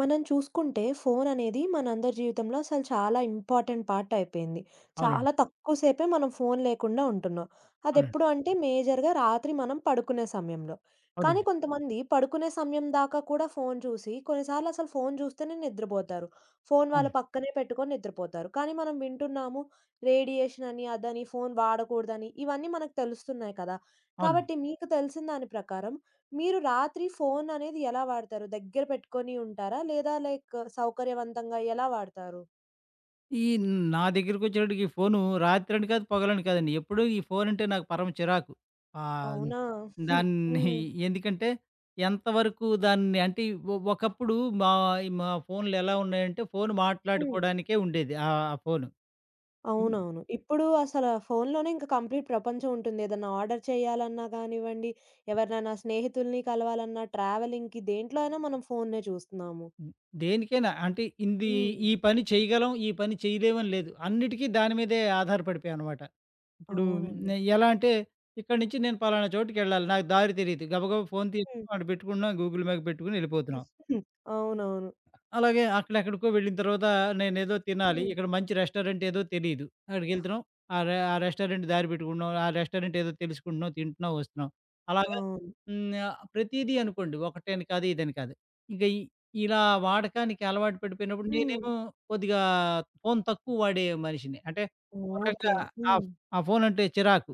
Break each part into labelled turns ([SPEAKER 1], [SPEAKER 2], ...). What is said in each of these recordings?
[SPEAKER 1] మనం చూసుకుంటే ఫోననేది మనందరి జీవితంలో అసలు చాలా ఇంపార్టెంట్ పార్ట్ అయిపోయింది. చాలా
[SPEAKER 2] అవునండి.
[SPEAKER 1] తక్కువ సేపే మనం ఫోను లేకుండా ఉంటున్నాం.
[SPEAKER 2] అవునండి.
[SPEAKER 1] అదెప్పుడు అంటే మేజర్‌గా రాత్రి మనం పడుకునే సమయంలో. కానీ
[SPEAKER 2] అవునండి.
[SPEAKER 1] కొంతమంది పడుకునే సమయం దాకా కూడా ఫోను చూసి కొన్నిసార్లు అసలు ఫోను చూస్తేనే నిద్రపోతారు. ఫోను వాళ్ళ
[SPEAKER 2] అవును.
[SPEAKER 1] పక్కనే పెట్టుకొని నిద్రపోతారు. కానీ మనం వింటున్నాము రేడియేషన్ అని, అదని, ఫోను వాడకూడదని ఇవన్నీ మనకు తెలుస్తున్నాయి కదా!
[SPEAKER 2] అవునండి.
[SPEAKER 1] కాబట్టి మీకు తెలిసిన దాని ప్రకారం మీరు రాత్రి ఫోననేది ఎలా వాడతారు? దగ్గర పెట్టుకొని ఉంటారా? లేదా లైక్ సౌకర్యవంతంగా ఎలా వాడతారు?
[SPEAKER 2] ఈ నా దగ్గరికొచ్చేటప్పటికి ఈ ఫోను రాత్రని కాదు, పగలని కాదండి. ఎప్పుడూ ఈ ఫోనంటే నాకు పరమ చిరాకు. ఆహ్,
[SPEAKER 1] అవునా? హ్మ్.
[SPEAKER 2] దాన్ని
[SPEAKER 1] హ్మ్.
[SPEAKER 2] ఎందుకంటే ఎంతవరకు దాన్ని అంటే ఒకప్పుడు మా మా ఫోన్‌లెలా ఉన్నాయంటే ఫోన్
[SPEAKER 1] హ్మ్.
[SPEAKER 2] మాట్లాడుకోవడానికే ఉండేది. ఆ ఆ ఫోను. హ్మ్.
[SPEAKER 1] అవునవును. ఇప్పుడు అసల ఫోనులోనే ఇంక కంప్లీట్ ప్రపంచం ఉంటుంది. ఏదన్నా ఆర్డర్ చేయాలన్నా గానివ్వండి, ఎవరినైనా స్నేహితుల్ని కలవాలన్నా, ట్రావెలింగ్‌కి దేంట్లో అయినా మనం ఫోన్నే చూస్తున్నాము.
[SPEAKER 2] దేనికైనా అంటే ఇంది
[SPEAKER 1] హ్మ్.
[SPEAKER 2] ఈ పని చేయగలం, ఈ పని చేయలేమని లేదు. అన్నిటికీ దాని మీదే ఆధారపడిపోయామనమాట. ఇప్పుడు
[SPEAKER 1] అవునండి.
[SPEAKER 2] నే ఎలా అంటే ఇక్కడి నుంచి నేను పలానా చోటుకెళ్ళాలి. నాకు దారి తెలీదు. గబగబా ఫోన్
[SPEAKER 1] హ్మ్.
[SPEAKER 2] తీసుకొని అటు పెట్టుకున్నాం. గూగుల్ మ్యాప్ పెట్టుకొని వెళ్ళిపోతున్నాం.
[SPEAKER 1] అవునవును.
[SPEAKER 2] అలాగే అక్కడెక్కడికో వెళ్ళిన తర్వాత నేనేదో తినాలి.
[SPEAKER 1] హ్మ్.
[SPEAKER 2] ఇక్కడ మంచి రెస్టారెంట్ ఏదో తెలీదు. అక్కడికెళ్తున్నాం. ఆ రెస్టారెంట్ దారి పెట్టుకుంటున్నాం. ఆ రెస్టారెంట్ ఏదో తెలుసుకుంటున్నాం. తింటున్నాం, వస్తున్నాం. అలాగా.
[SPEAKER 1] అవును.
[SPEAKER 2] ప్రతీదీ అనుకోండి. ఒకటని కాదు, ఇదని కాదు. ఇంక ఇ ఇలా వాడకానికి అలవాటు పడిపోయినప్పుడు
[SPEAKER 1] హ్మ్.
[SPEAKER 2] నేనేమో కొద్దిగా ఫోన్ తక్కువ వాడే మనిషిని. అంటే ఒక
[SPEAKER 1] ఓకే.
[SPEAKER 2] రకంగా ఆ
[SPEAKER 1] హ్మ్.
[SPEAKER 2] ఆ ఫోనంటే చిరాకు.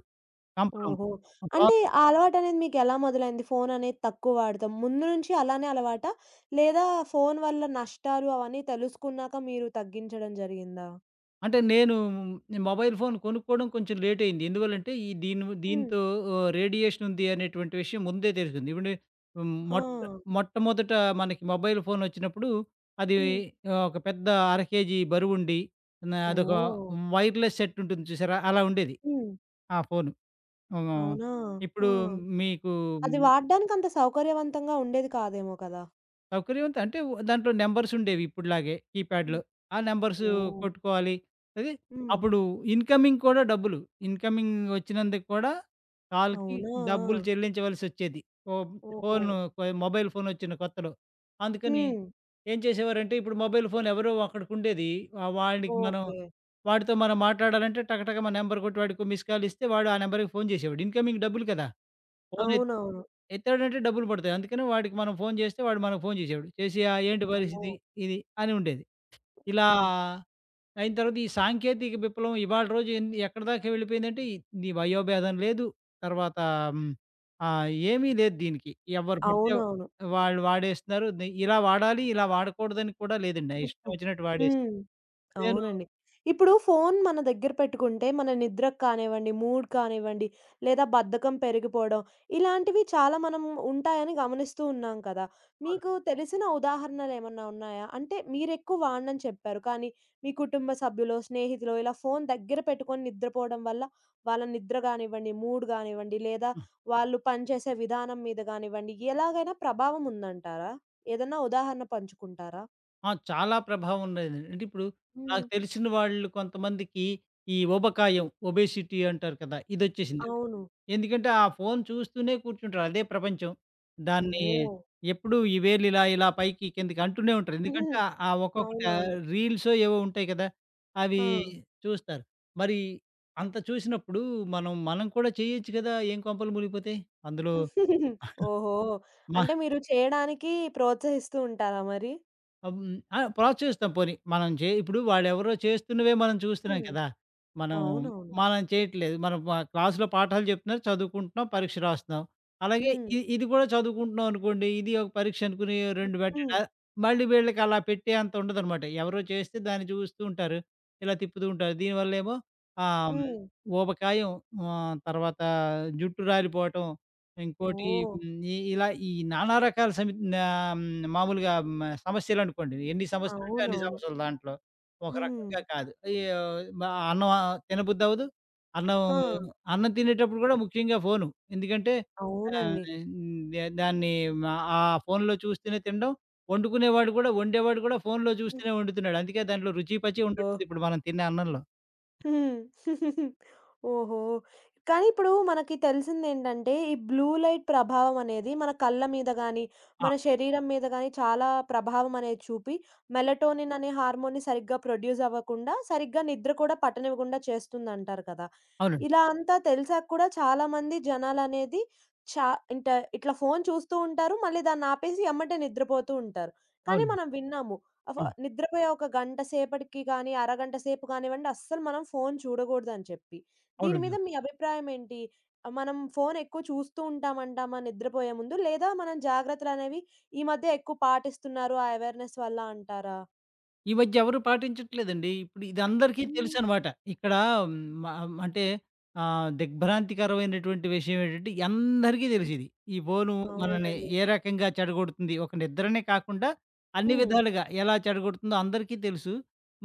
[SPEAKER 2] సంప్రమ్.
[SPEAKER 1] ఓహో!
[SPEAKER 2] తర్వాత
[SPEAKER 1] అంటే ఆ అలవాటనేది మీకెలా మొదలైంది? ఫోననేది తక్కువ వాడతాం. ముందు నుంచి అలానే అలవాటా? లేదా ఫోను వల్ల నష్టాలు అవన్నీ తెలుసుకున్నాక మీరు తగ్గించడం జరిగిందా?
[SPEAKER 2] అంటే నేను మొబైల్ ఫోన్ కొనుక్కోవడం కొంచెం లేట్ అయింది. ఎందువల్లంటే ఈ దీని
[SPEAKER 1] హ్మ్.
[SPEAKER 2] దీంతో రేడియేషన్ ఉంది అనేటువంటి విషయం ముందే తెలిసింది. ఇప్పుడు హ్మ్,
[SPEAKER 1] ఆ!
[SPEAKER 2] మొట్ట మొట్టమొదట మనకి మొబైల్ ఫోన్ వచ్చినప్పుడు అది
[SPEAKER 1] హ్మ్.
[SPEAKER 2] ఒక పెద్ద అర కేజీ బరువుండి న అదొక
[SPEAKER 1] ఓహ్!
[SPEAKER 2] వైర్‌లెస్ సెట్ ఉంటుంది చూసారా? అలా ఉండేది
[SPEAKER 1] హ్మ్.
[SPEAKER 2] ఆ ఫోను. హ్మ్.
[SPEAKER 1] అవునా? ఆ!
[SPEAKER 2] ఇప్పుడు మీకు
[SPEAKER 1] అది వాడడానికి అంత సౌకర్యవంతంగా ఉండేది కాదేమో కదా!
[SPEAKER 2] సౌకర్యవంత అంటే దాంట్లో నంబర్స్ ఉండేవి ఇప్పుడులాగే కీప్యాడ్‌లో.
[SPEAKER 1] హ్మ్.
[SPEAKER 2] ఆ నంబర్స్
[SPEAKER 1] ఓహ్!
[SPEAKER 2] కొట్టుకోవాలి. అది
[SPEAKER 1] హ్మ్.
[SPEAKER 2] అప్పుడు ఇన్‌కమింగ్ కూడా డబ్బులు. ఇన్‌కమింగ్ వచ్చినందుకు కూడా కాల్‌కి
[SPEAKER 1] అవునా?
[SPEAKER 2] డబ్బులు చెల్లించవలసొచ్చేది. ఓ
[SPEAKER 1] ఓహో!
[SPEAKER 2] ఫోను కొ మొబైల్ ఫోన్ వచ్చిన కొత్తలో. అందుకని
[SPEAKER 1] హ్మ్.
[SPEAKER 2] ఏం చేసేవారంటే ఇప్పుడు మొబైల్ ఫోన్ ఎవరో ఒకడికుండేది. ఆ వాడికి మనం
[SPEAKER 1] ఓకే.
[SPEAKER 2] వాడితో మనం మాట్లాడాలంటే టకటక మన నంబర్ కొట్టి వాడికి మిస్ కాల్ ఇస్తే వాడు ఆ నంబర్‌కి ఫోన్ చేసేవాడు. ఇన్‌కమింగ్ డబ్బులు కదా! ఫోన్
[SPEAKER 1] అవునవును.
[SPEAKER 2] ఎత్తాడంటే డబ్బులు పడతాయి. అందుకని వాడికి మనం ఫోను చేస్తే వాడు మనకు ఫోను చేసేవాడు. చేసి "ఆ! ఏంటి
[SPEAKER 1] ఓహ్!
[SPEAKER 2] పరిస్థితి?" ఇది అని ఉండేది. ఇలా
[SPEAKER 1] హ్మ్.
[SPEAKER 2] అయిన తర్వాత ఈ సాంకేతిక విప్లవం ఇవాళ రోజు ఎక్కడిదాకా వెళ్ళిపోయిందంటే ఈ ఈ వయోభేదం లేదు. తర్వాత హ్మ్, ఏమీ లేదు దీనికి. ఎవరు పడితే
[SPEAKER 1] అవునవును.
[SPEAKER 2] వాళ్ళు వాడేస్తున్నారు. ఇలా వాడాలి, ఇలా వాడకూడదని కూడా లేదండి. ఆ ఇష్టం వచ్చినట్టు వాడేస్
[SPEAKER 1] హ్మ్.
[SPEAKER 2] నేను
[SPEAKER 1] అవునండి. ఇప్పుడు ఫోను మన దగ్గర పెట్టుకుంటే, మన నిద్రకు కానివ్వండి, మూడ్ కానివ్వండి, లేదా బద్ధకం పెరిగిపోవడం, ఇలాంటివి చాలా మనం ఉంటాయని గమనిస్తూ ఉన్నాం కదా!
[SPEAKER 2] అవును.
[SPEAKER 1] మీకు తెలిసిన ఉదాహరణలేమన్నా ఉన్నాయా? అంటే మీరెక్కువ వాడనని చెప్పారు. కానీ మీ కుటుంబ సభ్యులో, స్నేహితులో ఇలా ఫోను దగ్గర పెట్టుకొని నిద్రపోవడం వల్ల వాళ్ళ నిద్ర గానివ్వండి, మూడ్ గానివ్వండి, లేదా
[SPEAKER 2] హ్మ్.
[SPEAKER 1] వాళ్ళు పనిచేసే విధానం మీద గానివ్వండి, ఎలాగైనా ప్రభావం ఉందంటారా? ఏదన్నా ఉదాహరణ పంచుకుంటారా?
[SPEAKER 2] ఆ! చాలా ప్రభావం ఉండేదండి. అంటే ఇప్పుడు
[SPEAKER 1] హ్మ్.
[SPEAKER 2] నాకు తెలిసిన వాళ్ళు కొంతమందికి ఈ ఊబకాయం, ఒబేసిటీ అంటారు కదా! ఇదొచ్చేసింది.
[SPEAKER 1] అవును.
[SPEAKER 2] ఎందుకంటే ఆ ఫోను చూస్తూనే కూర్చుంటారు. అదే ప్రపంచం. దాన్ని
[SPEAKER 1] ఓహ్!
[SPEAKER 2] ఎప్పుడూ ఈ వేలు ఇలా, ఇలా పైకి కిందకి అంటూనే ఉంటారు. ఎందుకంటే
[SPEAKER 1] హ్మ్.
[SPEAKER 2] ఆ ఒక్కొక్కటి
[SPEAKER 1] అవునవును.
[SPEAKER 2] రీల్సో ఏవో ఉంటాయి కదా! అవి
[SPEAKER 1] ఆ!
[SPEAKER 2] చూస్తారు. మరి అంత చూసినప్పుడు మనం కూడా చేయొచ్చు కదా! ఏం కొంపలు మునిగిపోతాయి. అందులో?
[SPEAKER 1] ఓహో! అంటే మీరు చేయడానికి ప్రోత్సహిస్తూ ఉంటారా మరి?
[SPEAKER 2] అబ్ హ్మ్. ఆ! ప్రోత్సహిస్తాం పోనీ. మనం చే ఇప్పుడు వాడెవరో చేస్తున్నవే మనం చూస్తున్నాం
[SPEAKER 1] హ్మ్.
[SPEAKER 2] కదా! మనం,
[SPEAKER 1] అవునవును.
[SPEAKER 2] మనం చేయట్లేదు. మనం వ క్లాస్‌లో పాఠాలు చెప్తున్నారు, చదువుకుంటున్నాం, పరీక్ష రాస్తున్నాం. అలాగే
[SPEAKER 1] హ్మ్.
[SPEAKER 2] ఇది కూడా చదువుకుంటున్నాం అనుకోండి, ఇది ఒక పరీక్ష అనుకుని 2
[SPEAKER 1] హ్మ్.
[SPEAKER 2] పెట్టడా మళ్ళీ వీళ్ళకి అలా పెట్టే అంత ఉండదనమాట. ఎవరో చేస్తే దాన్ని చూస్తూ ఉంటారు. ఇలా తిప్పుతూ ఉంటారు. దీనివల్లేమో ఆహ్, హ్మ్,
[SPEAKER 1] హ్మ్.
[SPEAKER 2] ఊబకాయం, తర్వాత జుట్టు రాలిపోవటం, ఇంకోటి.
[SPEAKER 1] ఓహ్!
[SPEAKER 2] హ్మ్. ఇ ఇలా ఈ నానా రకాల సమి ఆహ్, హ్మ్. మామూలుగా సమస్యలనుకోండి. ఎన్ని సమస్యలుంటే అన్ని
[SPEAKER 1] అవునవును.
[SPEAKER 2] సమస్యలు దాంట్లో. ఒక
[SPEAKER 1] హ్మ్.
[SPEAKER 2] రకంగా కాదు. ఈ మ అన్నం తినబుద్దవ్వదు. అన్నం
[SPEAKER 1] ఆ!
[SPEAKER 2] అన్నం తినేటప్పుడు కూడా ముఖ్యంగా ఫోను. ఎందుకంటే ఆహ్,
[SPEAKER 1] అవునండి.
[SPEAKER 2] హ్మ్. ద దాన్ని మ ఆ ఫోనులో చూస్తూనే తినడం. వండుకునేవాడు కూడా వండేవాడు కూడా ఫోనులో చూస్తూనే వండుతున్నాడు. అందుకే దాంట్లో రుచి పచి
[SPEAKER 1] ఓహ్!
[SPEAKER 2] ఉండట్లేదు ఇప్పుడు మనం తినే అన్నంలో.
[SPEAKER 1] హ్మ్. ఓహో! కానీ ఇప్పుడు మనకి తెలిసిందేంటంటే, ఈ బ్లూ లైట్ ప్రభావం అనేది మన కళ్ళ మీద గాని, మన
[SPEAKER 2] ఆ!
[SPEAKER 1] శరీరం మీద గాని చాలా ప్రభావం అనేది చూపి, మెలటోనిన్ అనే హార్మోన్‌ని సరిగ్గా ప్రొడ్యూస్ అవ్వకుండా, సరిగ్గా నిద్ర కూడా పట్టనివ్వకుండా చేస్తుందంటారు కదా!
[SPEAKER 2] అవునండి.
[SPEAKER 1] ఇలా అంతా తెలిసాక కూడా చాలామంది జనాలనేది చా ఇంట ఇట్లా ఫోను చూస్తూ ఉంటారు. మళ్ళీ దాన్నాపేసి ఎమ్మటే నిద్రపోతూ ఉంటారు. కానీ
[SPEAKER 2] అవునండి.
[SPEAKER 1] మనం విన్నాము. అవ
[SPEAKER 2] హ్మ్.
[SPEAKER 1] నిద్రపోయే ఒక గంట సేపటికి గానీ, అరగంట సేపు గానివ్వండి, అస్సలు మనం ఫోను చూడగూడదని చెప్పి. దీని
[SPEAKER 2] అవునండి.
[SPEAKER 1] మీద మీ అభిప్రాయం ఏంటి? మనం ఫోను ఎక్కువ చూస్తూ ఉంటామంటామా నిద్రపోయే ముందు? లేదా మనం జాగ్రత్తలనేవి ఈ మధ్య ఎక్కువ పాటిస్తున్నారు ఆ అవేర్‌నెస్ వల్ల అంటారా?
[SPEAKER 2] ఈ మధ్య ఎవరు పాటించట్లేదండి. ఇప్పుడు ఇది అందరికీ
[SPEAKER 1] హ్మ్.
[SPEAKER 2] తెలుసనమాట. ఇక్కడ హ్మ్, మ అంటే ఆహ్, దిగ్భ్రాంతికరమైనటువంటి విషయం ఏంటంటే, అందరికీ తెలిసిది. ఈ ఫోను మనల్ని
[SPEAKER 1] అవునండి.
[SPEAKER 2] ఏ రకంగా చెడగొడుతుంది. ఒక నిద్రనే కాకుండా అన్ని
[SPEAKER 1] హ్మ్.
[SPEAKER 2] విధాలుగా ఎలా చెడగొడుతుందో అందరికీ తెలుసు.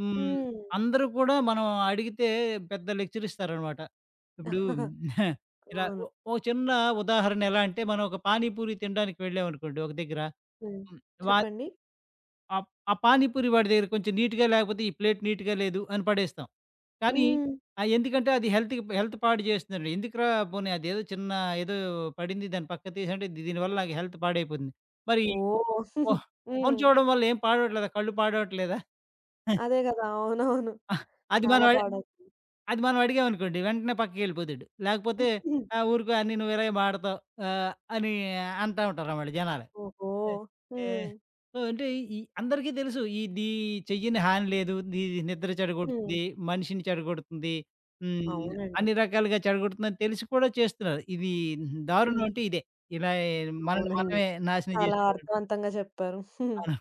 [SPEAKER 2] హ్మ్.
[SPEAKER 1] హ్మ్.
[SPEAKER 2] అందరూ కూడా మనం అడిగితే పెద్ద లెక్చర్ ఇస్తారనమాట. ఇప్పుడు ఇలా
[SPEAKER 1] అవును.
[SPEAKER 2] ఓ ఓ చిన్న ఉదాహరణ ఎలా అంటే, మనం ఒక పానీపూరి తినడానికి వెళ్ళామనుకోండి ఒక దగ్గర.
[SPEAKER 1] హ్మ్.
[SPEAKER 2] హ్మ్. వా
[SPEAKER 1] చెప్పండి.
[SPEAKER 2] ఆ ఆ పానీపూరి వాడి దగ్గర కొంచెం నీట్‌గా లేకపోతే ఈ ప్లేట్ నీట్‌గా లేదు అని పడేస్తాం. కానీ
[SPEAKER 1] హ్మ్.
[SPEAKER 2] ఎందుకంటే అది హెల్త్ పాడు చేస్తుందండి. ఎందుకురా పోనీ అదేదో చిన్న ఏదో పడింది దాన్ని పక్కకు తీసేయంటే దీనివల్ల నాకు హెల్త్ పాడైపోతుంది. మరి
[SPEAKER 1] ఓహ్!
[SPEAKER 2] ఫో ఫోను
[SPEAKER 1] హ్మ్.
[SPEAKER 2] చూడడం వల్ల ఏం పాడవట్లేదా? కళ్ళు పాడవట్లేదా?
[SPEAKER 1] అదే గదా! అవునవును.
[SPEAKER 2] ఆహ్, అది మనం
[SPEAKER 1] చాలా
[SPEAKER 2] అడి
[SPEAKER 1] పాడవుతుంది.
[SPEAKER 2] అది మనం అడిగామనుకోండి వెంటనే పక్కకెళ్ళిపోతాడు. లేకపోతే ఊరుకో అన్నీ నువ్వు ఇలాగే మాటతావు ఆహ్, అని అంటా ఉంటారన్నమాట జనాలు.
[SPEAKER 1] ఓహో!
[SPEAKER 2] ఏ ఏ
[SPEAKER 1] హ్మ్.
[SPEAKER 2] సో, అంటే ఈ అందరికీ తెలుసు. ఇది చెయ్యని హాని లేదు. ఇది నిద్ర
[SPEAKER 1] హ్మ్.
[SPEAKER 2] చెడగొడుతుంది. మనిషిని చెడగొడుతుంది. హ్మ్.
[SPEAKER 1] అవునండి.
[SPEAKER 2] అన్ని రకాలుగా చెడగొడుతుందని తెలిసి కూడా చేస్తున్నారు. ఇది దారుణం
[SPEAKER 1] హ్మ్.
[SPEAKER 2] అంటే ఇదే. ఇలా మనల్ని
[SPEAKER 1] అవునండి.
[SPEAKER 2] మనమే నాశనం
[SPEAKER 1] చాలా
[SPEAKER 2] చేసుకోవడం.
[SPEAKER 1] అర్థవంతంగా చెప్పారు.
[SPEAKER 2] అవును.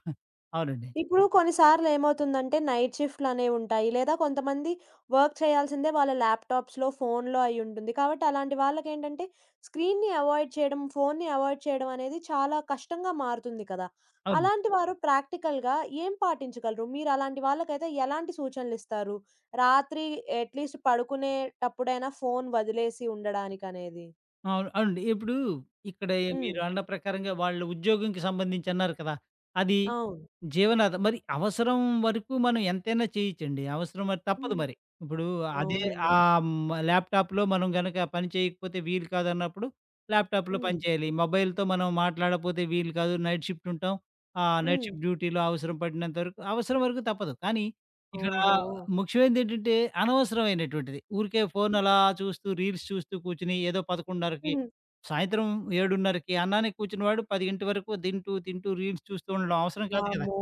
[SPEAKER 2] అవునండి.
[SPEAKER 1] ఇప్పుడు కొన్నిసార్లు ఏమవుతుందంటే నైట్ షిఫ్ట్‌లనేవుంటాయి. లేదా కొంతమంది వర్క్ చేయాల్సిందే వాళ్ళ ల్యాప్‌టాప్స్‌లో, ఫోన్‌లో అయ్యుంటుంది. కాబట్టి అలాంటి వాళ్ళకేంటంటే స్క్రీన్‌ని అవాయిడ్ చేయడం, ఫోన్‌ని అవాయిడ్ చేయడం అనేది చాలా కష్టంగా మారుతుంది కదా!
[SPEAKER 2] అవును.
[SPEAKER 1] అలాంటి వారు ప్రాక్టికల్‌గా ఏం పాటించగలరు? మీరు అలాంటి వాళ్ళకైతే ఎలాంటి సూచనలిస్తారు? రాత్రి అట్‌లీస్ట్ పడుకునేటప్పుడైనా ఫోన్ వదిలేసి ఉండడానికనేది?
[SPEAKER 2] అవును. అవునండి. ఇప్పుడు ఇక్కడ
[SPEAKER 1] హ్మ్.
[SPEAKER 2] మీరు అన్న ప్రకారంగా వాళ్ళ ఉద్యోగంకి సంబంధించి అన్నారు కదా! అది
[SPEAKER 1] అవును.
[SPEAKER 2] జీవనాధారం. మరి అవసరం వరకు మనం ఎంతైనా చేయొచ్చండి. అవసరం మరి తప్పదు
[SPEAKER 1] హ్మ్.
[SPEAKER 2] మరి. ఇప్పుడు అదే
[SPEAKER 1] అవునండి.
[SPEAKER 2] ఆహ్, హ్మ్, ల్యాప్‌టాప్‌లో మనం గనక పని చేయకపోతే వీలు కాదన్నప్పుడు ల్యాప్‌టాప్‌లో
[SPEAKER 1] హ్మ్.
[SPEAKER 2] పని చేయాలి. మొబైల్‌తో మనం మాట్లాడకపోతే వీలు కాదు. నైట్ షిఫ్ట్ ఉంటాం. ఆ నైట్
[SPEAKER 1] హ్మ్.
[SPEAKER 2] షిఫ్ట్ డ్యూటీలో అవసరం పడినంత వరకు అవసరం వరకు తప్పదు. కానీ ఇక్కడ
[SPEAKER 1] ఓహో!
[SPEAKER 2] ముఖ్యమైనది ఏంటంటే, అనవసరమైనటువంటిది. ఊరికే ఫోన్ అలా చూస్తూ, రీల్స్ చూస్తూ కూర్చొని ఏదో 11:30కి,
[SPEAKER 1] హుహు.
[SPEAKER 2] సాయంత్రం 7:30కి అన్నానికి కూర్చున్నవాడు 10:00 వరకు తింటూ, తింటూ రీల్స్ చూస్తూ ఉండడం అవసరం కాదు కదా!
[SPEAKER 1] వామ్మో!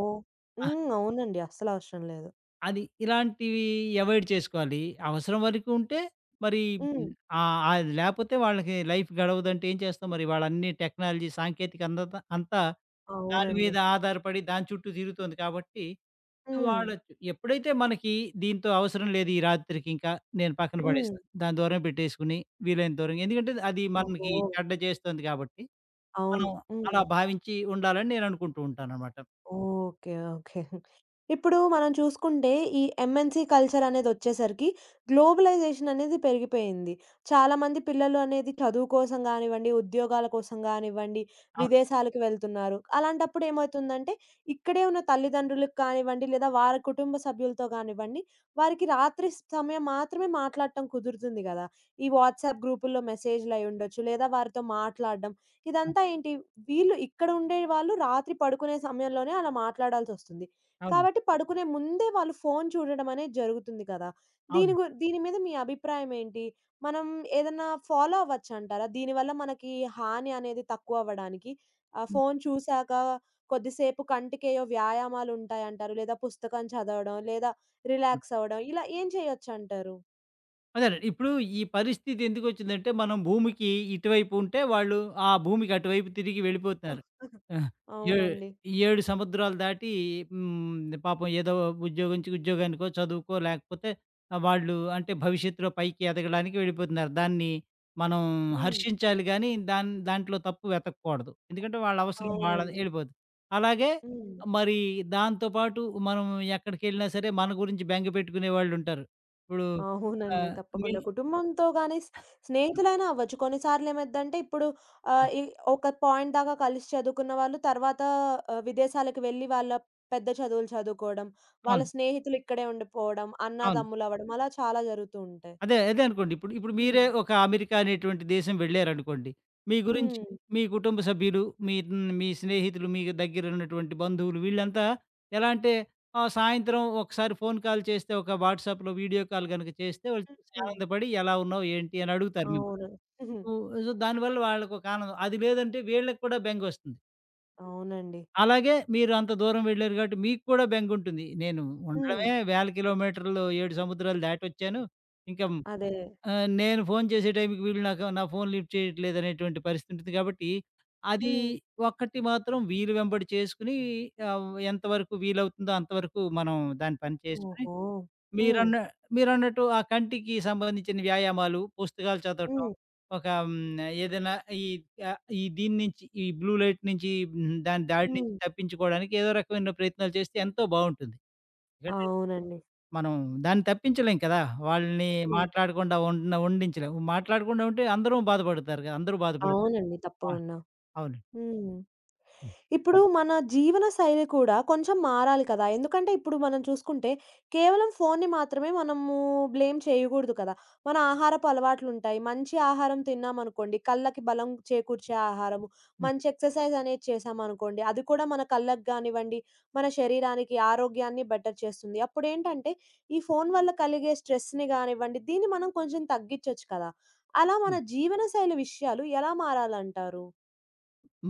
[SPEAKER 2] ఆ!
[SPEAKER 1] హ్మ్. అవునండి. అస్సలవసరం లేదు.
[SPEAKER 2] ఇలాంటివి అవాయిడ్ చేసుకోవాలి. అవసరం వరకు ఉంటే మరి
[SPEAKER 1] హ్మ్.
[SPEAKER 2] హ్మ్, అది లేపోతే వాళ్ళకి లైఫ్ గడవదంటే ఏం చేస్తాం మరి? వాళ్ళన్నీ టెక్నాలజీ, సాంకేతిక అందత అంతా దాని
[SPEAKER 1] అవునండి.
[SPEAKER 2] మీద ఆధారపడి దాని చుట్టూ తిరుగుతుంది కాబట్టి
[SPEAKER 1] హ్మ్.
[SPEAKER 2] వాడొచ్చు. ఎప్పుడైతే మనకి దీంతో అవసరం లేదు ఈ రాత్రికి ఇంకా నేను పక్కన
[SPEAKER 1] హ్మ్.
[SPEAKER 2] పడేస్తా. దాన్ని దూరం పెట్టేసుకొని వీలైనంత దూరంగా ఎందుకంటే అది మనకి
[SPEAKER 1] ఓహో!
[SPEAKER 2] చెడ్డ చేస్తుంది కాబట్టి మనం
[SPEAKER 1] అవును. హ్మ్.
[SPEAKER 2] అలా భావించి ఉండాలని నేను అనుకుంటూ ఉంటాననమాట.
[SPEAKER 1] ఓకే. ఓకే. ఇప్పుడు మనం చూసుకుంటే ఈ ఎంఎన్‌సి కల్చర్ అనేదొచ్చేసరికి గ్లోబలైజేషన్ అనేది పెరిగిపోయింది. చాలామంది పిల్లలు అనేది చదువు కోసం గానివ్వండి, ఉద్యోగాల కోసం గానివ్వండి,
[SPEAKER 2] అవును.
[SPEAKER 1] విదేశాలకు వెళ్తున్నారు. అలాంటప్పుడు ఏమవుతుందంటే, ఇక్కడే ఉన్న తల్లిదండ్రులకు కానివ్వండి, లేదా వారి కుటుంబ సభ్యులతో కానివ్వండి, వారికి రాత్రి సమయం మాత్రమే మాట్లాడటం కుదురుతుంది గదా! ఈ వాట్సాప్ గ్రూపుల్లో మెసేజ్‌లయ్యుండొచ్చు, లేదా వారితో మాట్లాడడం.
[SPEAKER 2] అవును.
[SPEAKER 1] ఇదంతా ఏంటి? వీళ్ళు ఇక్కడ ఉండేవాళ్ళు రాత్రి పడుకునే సమయంలోనే అలా మాట్లాడాల్సొస్తుంది.
[SPEAKER 2] అవును.
[SPEAKER 1] కాబట్టి పడుకునే ముందే వాళ్ళు ఫోను చూడడం అనేది జరుగుతుంది కదా!
[SPEAKER 2] అవును.
[SPEAKER 1] దీని మీద మీ అభిప్రాయం ఏంటి? మనం ఏదన్నా ఫాలో అవ్వచ్చంటారా? దీనివల్ల మనకి హాని అనేది తక్కువవ్వడానికి
[SPEAKER 2] హ్మ్.
[SPEAKER 1] ఫోను చూసాక కొద్దిసేపు కంటికేయో వ్యాయామాలుంటాయంటారు. లేదా పుస్తకం చదవడం, లేదా
[SPEAKER 2] అవును.
[SPEAKER 1] రిలాక్స్ అవ్వడం ఇలా ఏం చేయొచ్చంటారు?
[SPEAKER 2] అదేనండి. ఇప్పుడు ఈ పరిస్థితి ఎందుకొచ్చిందంటే, మనం భూమికి ఇటువైపు ఉంటే, వాళ్ళు ఆ భూమికి అటువైపు తిరిగి వెళ్ళిపోతున్నారు. ఆ! ఏ
[SPEAKER 1] అవునండి.
[SPEAKER 2] 7 సముద్రాలు దాటి. పాపం ఏదో ఉద్యోగం నుంచి ఉద్యోగానికో, చదువుకో, లేకపోతే వాళ్ళు అంటే భవిష్యత్తులో పైకి ఎదగడానికి వెళ్ళిపోతున్నారు. దాన్ని మనం
[SPEAKER 1] హ్మ్.
[SPEAKER 2] హర్షించాలి గానీ, దాంట్లో తప్పు వెతకూడదు. ఎందుకంటే, వాళ్ళ అవసరం వాళ్ళది
[SPEAKER 1] అవునండి.
[SPEAKER 2] వెళ్ళిపోద్ది. అలాగే
[SPEAKER 1] హ్మ్.
[SPEAKER 2] మరి దాంతో పాటు మనం ఎక్కడికెళ్ళినా సరే, మన గురించి బెంగ పెట్టుకునే వాళ్ళుంటారు. ఇప్పుడు
[SPEAKER 1] అవునండి.
[SPEAKER 2] ఆహ్, మీ
[SPEAKER 1] తప్పకుండా. కుటుంబంతో గాని స్నేహితులైనా అవ్వచ్చు. కొన్నిసార్లు ఏమైద్దంటే ఇప్పుడు ఈ ఒక పాయింట్ దాకా కలిసి చదువుకున్న వాళ్ళు తర్వాత విదేశాలకు వెళ్లి వాళ్ళ పెద్ద చదువులు చదువుకోవడం, వాళ్ళ
[SPEAKER 2] అవును.
[SPEAKER 1] స్నేహితులు ఇక్కడే ఉండిపోవడం,
[SPEAKER 2] అవును.
[SPEAKER 1] అన్నాదమ్ములవ్వడం అలా చాలా జరుగుతూ ఉంటాయి.
[SPEAKER 2] అదే, అదే అనుకోండి. ఇప్పుడు మీరే
[SPEAKER 1] హ్మ్.
[SPEAKER 2] ఒక అమెరికా అనేటువంటి దేశం వెళ్లారనుకోండి. మీ గురించి
[SPEAKER 1] హ్మ్.
[SPEAKER 2] మీ కుటుంబ సభ్యులు, మీ స్నేహితులు, మీకు దగ్గర ఉన్నటువంటి బంధువులు వీళ్ళంతా ఎలా అంటే సాయంత్రం ఒకసారి ఫోన్ కాల్ చేస్తే ఒక వాట్సాప్‌లో వీడియో కాల్ గనుక చేస్తే వాళ్ళు చూసి
[SPEAKER 1] హ్మ్.
[SPEAKER 2] ఆనందపడి ఎలా ఉన్నావు? ఏంటి? అని అడుగుతారు మిమ్మల్ని.
[SPEAKER 1] అవును. ఉహుం,
[SPEAKER 2] సో, సో, దానివల్ల వాళ్ళకొక ఆనందం. అది లేదంటే వీళ్ళకి కూడా బెంగొస్తుంది.
[SPEAKER 1] అవునండి.
[SPEAKER 2] అలాగే మీరు అంత దూరం వెళ్లారు కాబట్టి మీకు కూడా బెంగుంటుంది. నేను
[SPEAKER 1] హ్మ్.
[SPEAKER 2] ఉండడమే వేల కిలోమీటర్లు 7 సముద్రాలు దాటొచ్చాను. ఇంకా
[SPEAKER 1] అదే.
[SPEAKER 2] నేను ఫోను చేసే టైంకి వీళ్ళు నాకు నా ఫోను లిఫ్ట్ చేయట్లేదనేటువంటి పరిస్థితి ఉంటుంది కాబట్టి, అది
[SPEAKER 1] హ్మ్.
[SPEAKER 2] ఒక్కటి మాత్రం వీలు వెంబడి చేసుకొని ఎంతవరకు వీలవుతుందో అంతవరకు మనం దాని పని చేసుకొని
[SPEAKER 1] ఓహో! హ్మ్.
[SPEAKER 2] మీరన్న మీరన్నట్టు ఆ కంటికి సంబంధించిన వ్యాయామాలు, పుస్తకాలు చదవటం,
[SPEAKER 1] హ్మ్.
[SPEAKER 2] ఒక ఏదైనా ఈ ఈ దీని నుంచి ఈ బ్లూ లైట్ నుంచి, దాని దాడి నుంచి
[SPEAKER 1] హ్మ్.
[SPEAKER 2] తప్పించుకోవడానికి ఏదో రకమైన ప్రయత్నాలు చేస్తే ఎంతో బావుంటుంది. ఎందుకంటే
[SPEAKER 1] అవునండి.
[SPEAKER 2] మనం దాన్ని తప్పించలేం కదా! వాళ్ళని
[SPEAKER 1] హ్మ్.
[SPEAKER 2] మాట్లాడకుండా ఉండించలేం. మాట్లాడకుండా ఉంటే అందరం బాధపడతారు కదా! అందరూ బాధపడతారు.
[SPEAKER 1] అవునండి.
[SPEAKER 2] ఆ!
[SPEAKER 1] తప్పకుండా.
[SPEAKER 2] అవునండి.
[SPEAKER 1] హ్మ్.
[SPEAKER 2] హ్మ్.
[SPEAKER 1] ఇప్పుడు మన జీవన శైలి కూడా కొంచెం మారాలి కదా! ఎందుకంటే ఇప్పుడు మనం చూసుకుంటే కేవలం ఫోన్‌ని మాత్రమే మనము బ్లేమ్ చేయగూడదు కదా! మన ఆహారపు అలవాట్లుంటాయి. మంచి ఆహారం తిన్నామనుకోండి, కళ్ళకి బలం చేకూర్చే ఆహారము,
[SPEAKER 2] హ్మ్.
[SPEAKER 1] మంచి ఎక్సర్సైజ్ అనేది చేశామనుకోండి, అది కూడా మన కళ్ళకి గానివ్వండి, మన శరీరానికి ఆరోగ్యాన్ని బెటర్ చేస్తుంది. అప్పుడేంటంటే ఈ ఫోను వల్ల కలిగే స్ట్రెస్‌ని గానివ్వండి, దీన్ని మనం కొంచెం తగ్గిచ్చొచ్చు కదా! అలా మన
[SPEAKER 2] హ్మ్.
[SPEAKER 1] జీవనశైలి విషయాలు ఎలా మారాలంటారు?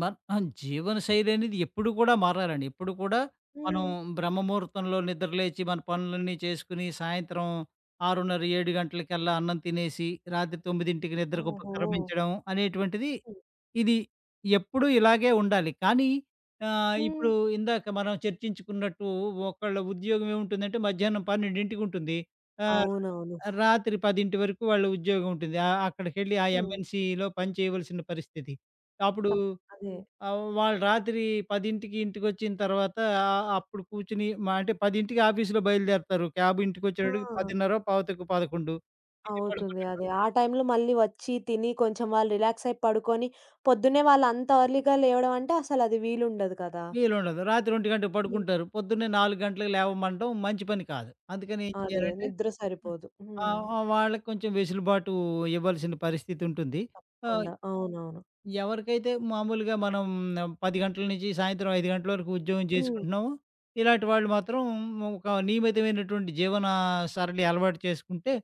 [SPEAKER 2] ఆ! జీవనశైలి అనేది ఎప్పుడు కూడా మారాలండి. ఎప్పుడు కూడా మనం
[SPEAKER 1] హ్మ్.
[SPEAKER 2] బ్రహ్మముహూర్తంలో నిద్రలేచి, మన పనులన్నీ చేసుకుని, సాయంత్రం 6:30, 7 గంటలకల్లా అన్నం తినేసి, రాత్రి 9కి నిద్రకు
[SPEAKER 1] ఓహో!
[SPEAKER 2] ఉపక్రమించడం అనేటువంటిది, ఇది ఎప్పుడూ ఇలాగే ఉండాలి. కానీ
[SPEAKER 1] హ్మ్.
[SPEAKER 2] ఇప్పుడు ఇందాక మనం చర్చించుకున్నట్టు ఒకళ్ళ ఉద్యోగం ఏముంటుందంటే మధ్యాహ్నం 12కి ఉంటుంది. ఆహ్,
[SPEAKER 1] అవునవును.
[SPEAKER 2] రాత్రి 10 వరకు వాళ్ళ ఉద్యోగం ఉంటుంది. అక్కడికెళ్ళి ఆ
[SPEAKER 1] హ్మ్.
[SPEAKER 2] ఎంఎన్‌సిలో పని చేయవలసిన పరిస్థితి. అప్పుడు
[SPEAKER 1] తప్ అదే.
[SPEAKER 2] ఆ! వాళ్ళు రాత్రి 10కి ఇంటికొచ్చిన తర్వాత అప్పుడు కూర్చొని అంటే 10కి ఆఫీస్‌లో బయలుదేరతారు. క్యాబ్
[SPEAKER 1] హ్మ్.
[SPEAKER 2] ఇంటికొచ్చేటప్పటికి
[SPEAKER 1] ఆ!
[SPEAKER 2] 10:30, 11:30 తిని
[SPEAKER 1] అవుతుంది. అదే.
[SPEAKER 2] పడుకునేటప్పటికి
[SPEAKER 1] ఆ టైంలో మళ్ళీ వచ్చి తిని కొంచెం వాళ్ళు రిలాక్స్ అయ్యి పడుకొని, పొద్దున్నే వాళ్ళు అంత ఎర్లీ‌గా లేవడం అంటే అసలది వీలుండదు కదా!
[SPEAKER 2] వీలుండదు. రాత్రి 1 గంటకి
[SPEAKER 1] హ్మ్.
[SPEAKER 2] పడుకుంటారు. పొద్దున్నే 4 గంటలకు లేవమంటం మంచి పని కాదు. అందుకని ఏం
[SPEAKER 1] అదే.
[SPEAKER 2] చేయాలంటే
[SPEAKER 1] నిద్ర సరిపోదు.
[SPEAKER 2] ఆ!
[SPEAKER 1] హ్మ్.
[SPEAKER 2] ఆ! వాళ్ళకి కొంచెం వెసులుబాటు ఇవ్వాల్సిన పరిస్థితుంటుంది. ఆహ్
[SPEAKER 1] కుండా. అవునవును.
[SPEAKER 2] ఎవరికైతే మామూలుగా మనం 10 గంటల నుంచి సాయంత్రం 5 గంటల వరకు ఉద్యోగం
[SPEAKER 1] హ్మ్.
[SPEAKER 2] చేసుకుంటున్నామో, ఇలాంటి వాళ్ళు మాత్రం ఒక నియమితమైనటువంటి జీవన సరళి అలవాటు చేసుకుంటే,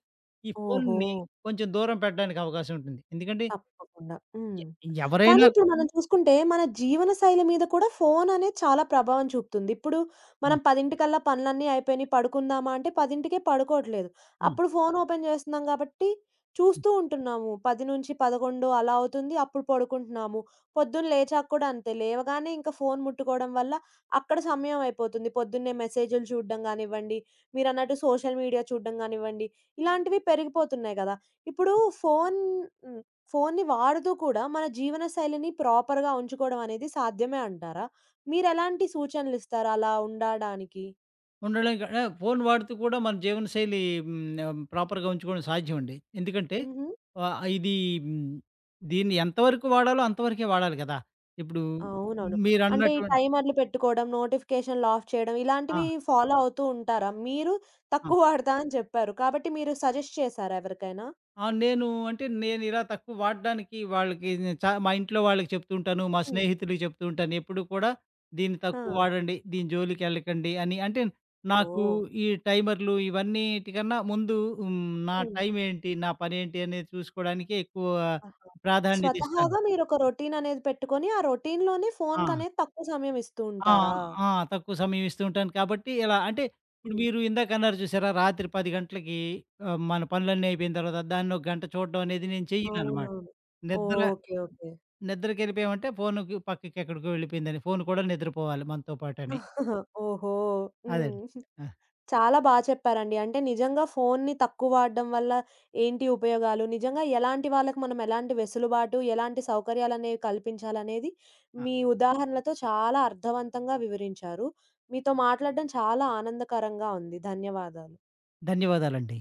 [SPEAKER 2] ఈ
[SPEAKER 1] ఓహో!
[SPEAKER 2] ఫోన్‌ని కొంచెం దూరం పెట్టడానికి అవకాశం ఉంటుంది. ఎందుకంటే
[SPEAKER 1] తప్పకుండా. హ్మ్.
[SPEAKER 2] ఎ
[SPEAKER 1] కానీ
[SPEAKER 2] ఎవరైనా
[SPEAKER 1] ఇప్పుడు మనం చూసుకుంటే మన జీవన శైలి మీద కూడా ఫోను అనేది చాలా ప్రభావం చూపుతుంది. ఇప్పుడు
[SPEAKER 2] ఆ!
[SPEAKER 1] మనం 10:00కల్లా పనులన్నీ అయిపోయినియి పడుకుందామా అంటే 10:00కే పడుకోవట్లేదు.
[SPEAKER 2] హ్మ్.
[SPEAKER 1] అప్పుడు ఫోను ఓపెన్ చేస్తున్నాం కాబట్టి
[SPEAKER 2] హ్మ్.
[SPEAKER 1] చూస్తూ ఉంటున్నాము. 10-11 అలా అవుతుంది. అప్పుడు పడుకుంటున్నాము. పొద్దున్న లేచాక కూడా అంతే. లేవగానే ఇంకా ఫోను ముట్టుకోవడం వల్ల అక్కడ సమయం అయిపోతుంది. పొద్దున్నే మెసేజులు చూడడం గానివ్వండి, మీరన్నట్టు సోషల్ మీడియా చూడడం గానివ్వండి, ఇలాంటివి పెరిగిపోతున్నాయి కదా! ఇప్పుడు ఫోను ఫోన్‌ని వాడుతూ కూడా మన జీవన శైలిని ప్రాపర్‌గా ఉంచుకోవడం అనేది సాధ్యమే అంటారా? మీరెలాంటి సూచనలిస్తారు అలా ఉండడానికి?
[SPEAKER 2] ఉండలేం క ఆ! ఫోన్ వాడుతూ కూడా మన జీవనశైలి ప్రాపర్‌గా ఉంచుకోవడం సాధ్యమండి. ఎందుకంటే
[SPEAKER 1] హుహు.
[SPEAKER 2] ఇది హ్మ్, దీన్ని ఎంతవరకు వాడాలో అంతవరకే వాడాలి కదా! ఇప్పుడు
[SPEAKER 1] అవునవును. అంటే ఈ
[SPEAKER 2] మీరన్నటువంటి
[SPEAKER 1] టైమర్లు పెట్టుకోవడం, నోటిఫికేషన్‌లు ఆఫ్ చేయడం
[SPEAKER 2] ఆ!
[SPEAKER 1] ఇలాంటివి ఫాలో అవుతూ ఉంటారా? మీరు
[SPEAKER 2] ఆ!
[SPEAKER 1] తక్కువ వాడతా అని చెప్పారు. కాబట్టి మీరు సజెస్ట్ చేసారా ఎవరికైనా?
[SPEAKER 2] ఆ! నేను ఇలా తక్కువ వాడడానికి వాళ్ళకి నేను చా మా ఇంట్లో వాళ్ళకి చెప్తూ ఉంటాను. మా
[SPEAKER 1] హ్మ్.
[SPEAKER 2] స్నేహితులకి చెప్తూ ఉంటాను. ఎప్పుడు కూడా దీన్ని
[SPEAKER 1] ఆ!
[SPEAKER 2] తక్కువ వాడండి. దీని జోలికెళ్ళకండి అని. అంటే నాకు
[SPEAKER 1] ఓహ్!
[SPEAKER 2] ఈ టైమర్‌లు ఇవన్నిటికన్నా ముందు హ్మ్. నా
[SPEAKER 1] హ్మ్.
[SPEAKER 2] టైం ఏంటి? నా పనేంటి? అనేది చూసుకోవడానికే ఎక్కువ
[SPEAKER 1] ఆహా!
[SPEAKER 2] ప్రాధాన్యత ఇస్తాను.
[SPEAKER 1] స్వతహాగా మీరొక రొటీన్ అనేది పెట్టుకొని, ఆ రొటీన్‌లోనే
[SPEAKER 2] ఆ!
[SPEAKER 1] ఫోన్‌కనేది తక్కువ సమయం ఇస్తూ
[SPEAKER 2] ఆ!
[SPEAKER 1] ఉంటారా?
[SPEAKER 2] ఆ! తక్కువ సమయం ఇస్తూ ఉంటాను కాబట్టి ఇలా అంటే ఇప్పుడు
[SPEAKER 1] హ్మ్.
[SPEAKER 2] మీరు ఇందాక అన్నారు చూసారా? రాత్రి 10 గంటలకి మన పనులన్నీ అయిపోయిన తర్వాత దాన్ని ఒక గంట చూడడం అనేది నేను చెయ్యననమాట.
[SPEAKER 1] అవునవును.
[SPEAKER 2] నిద్ర
[SPEAKER 1] ఓకే. ఓకే.
[SPEAKER 2] నిద్రకెళ్ళిపోయామంటే ఫోనుకి పక్కకి ఎక్కడికో వెళ్ళిపోయిందని. ఫోను కూడా నిద్రపోవాలి మనతో పాటని.
[SPEAKER 1] ఆహా! ఓహో!
[SPEAKER 2] అదండి.
[SPEAKER 1] హ్మ్.
[SPEAKER 2] ఆ!
[SPEAKER 1] చాలా చెప్పారండి. అంటే నిజంగా ఫోన్‌ని తక్కువ వాడడం వల్ల ఏంటి ఉపయోగాలు, నిజంగా ఎలాంటి వాళ్ళకి మనం ఎలాంటి వెసులుబాటు, ఎలాంటి సౌకర్యాలనేవి కల్పించాలనేది
[SPEAKER 2] ఆ!
[SPEAKER 1] మీ ఉదాహరణలతో చాలా అర్థవంతంగా వివరించారు. మీతో మాట్లాడడం చాలా ఆనందకరంగా ఉంది. ధన్యవాదాలు.
[SPEAKER 2] ధన్యవాదాలండి.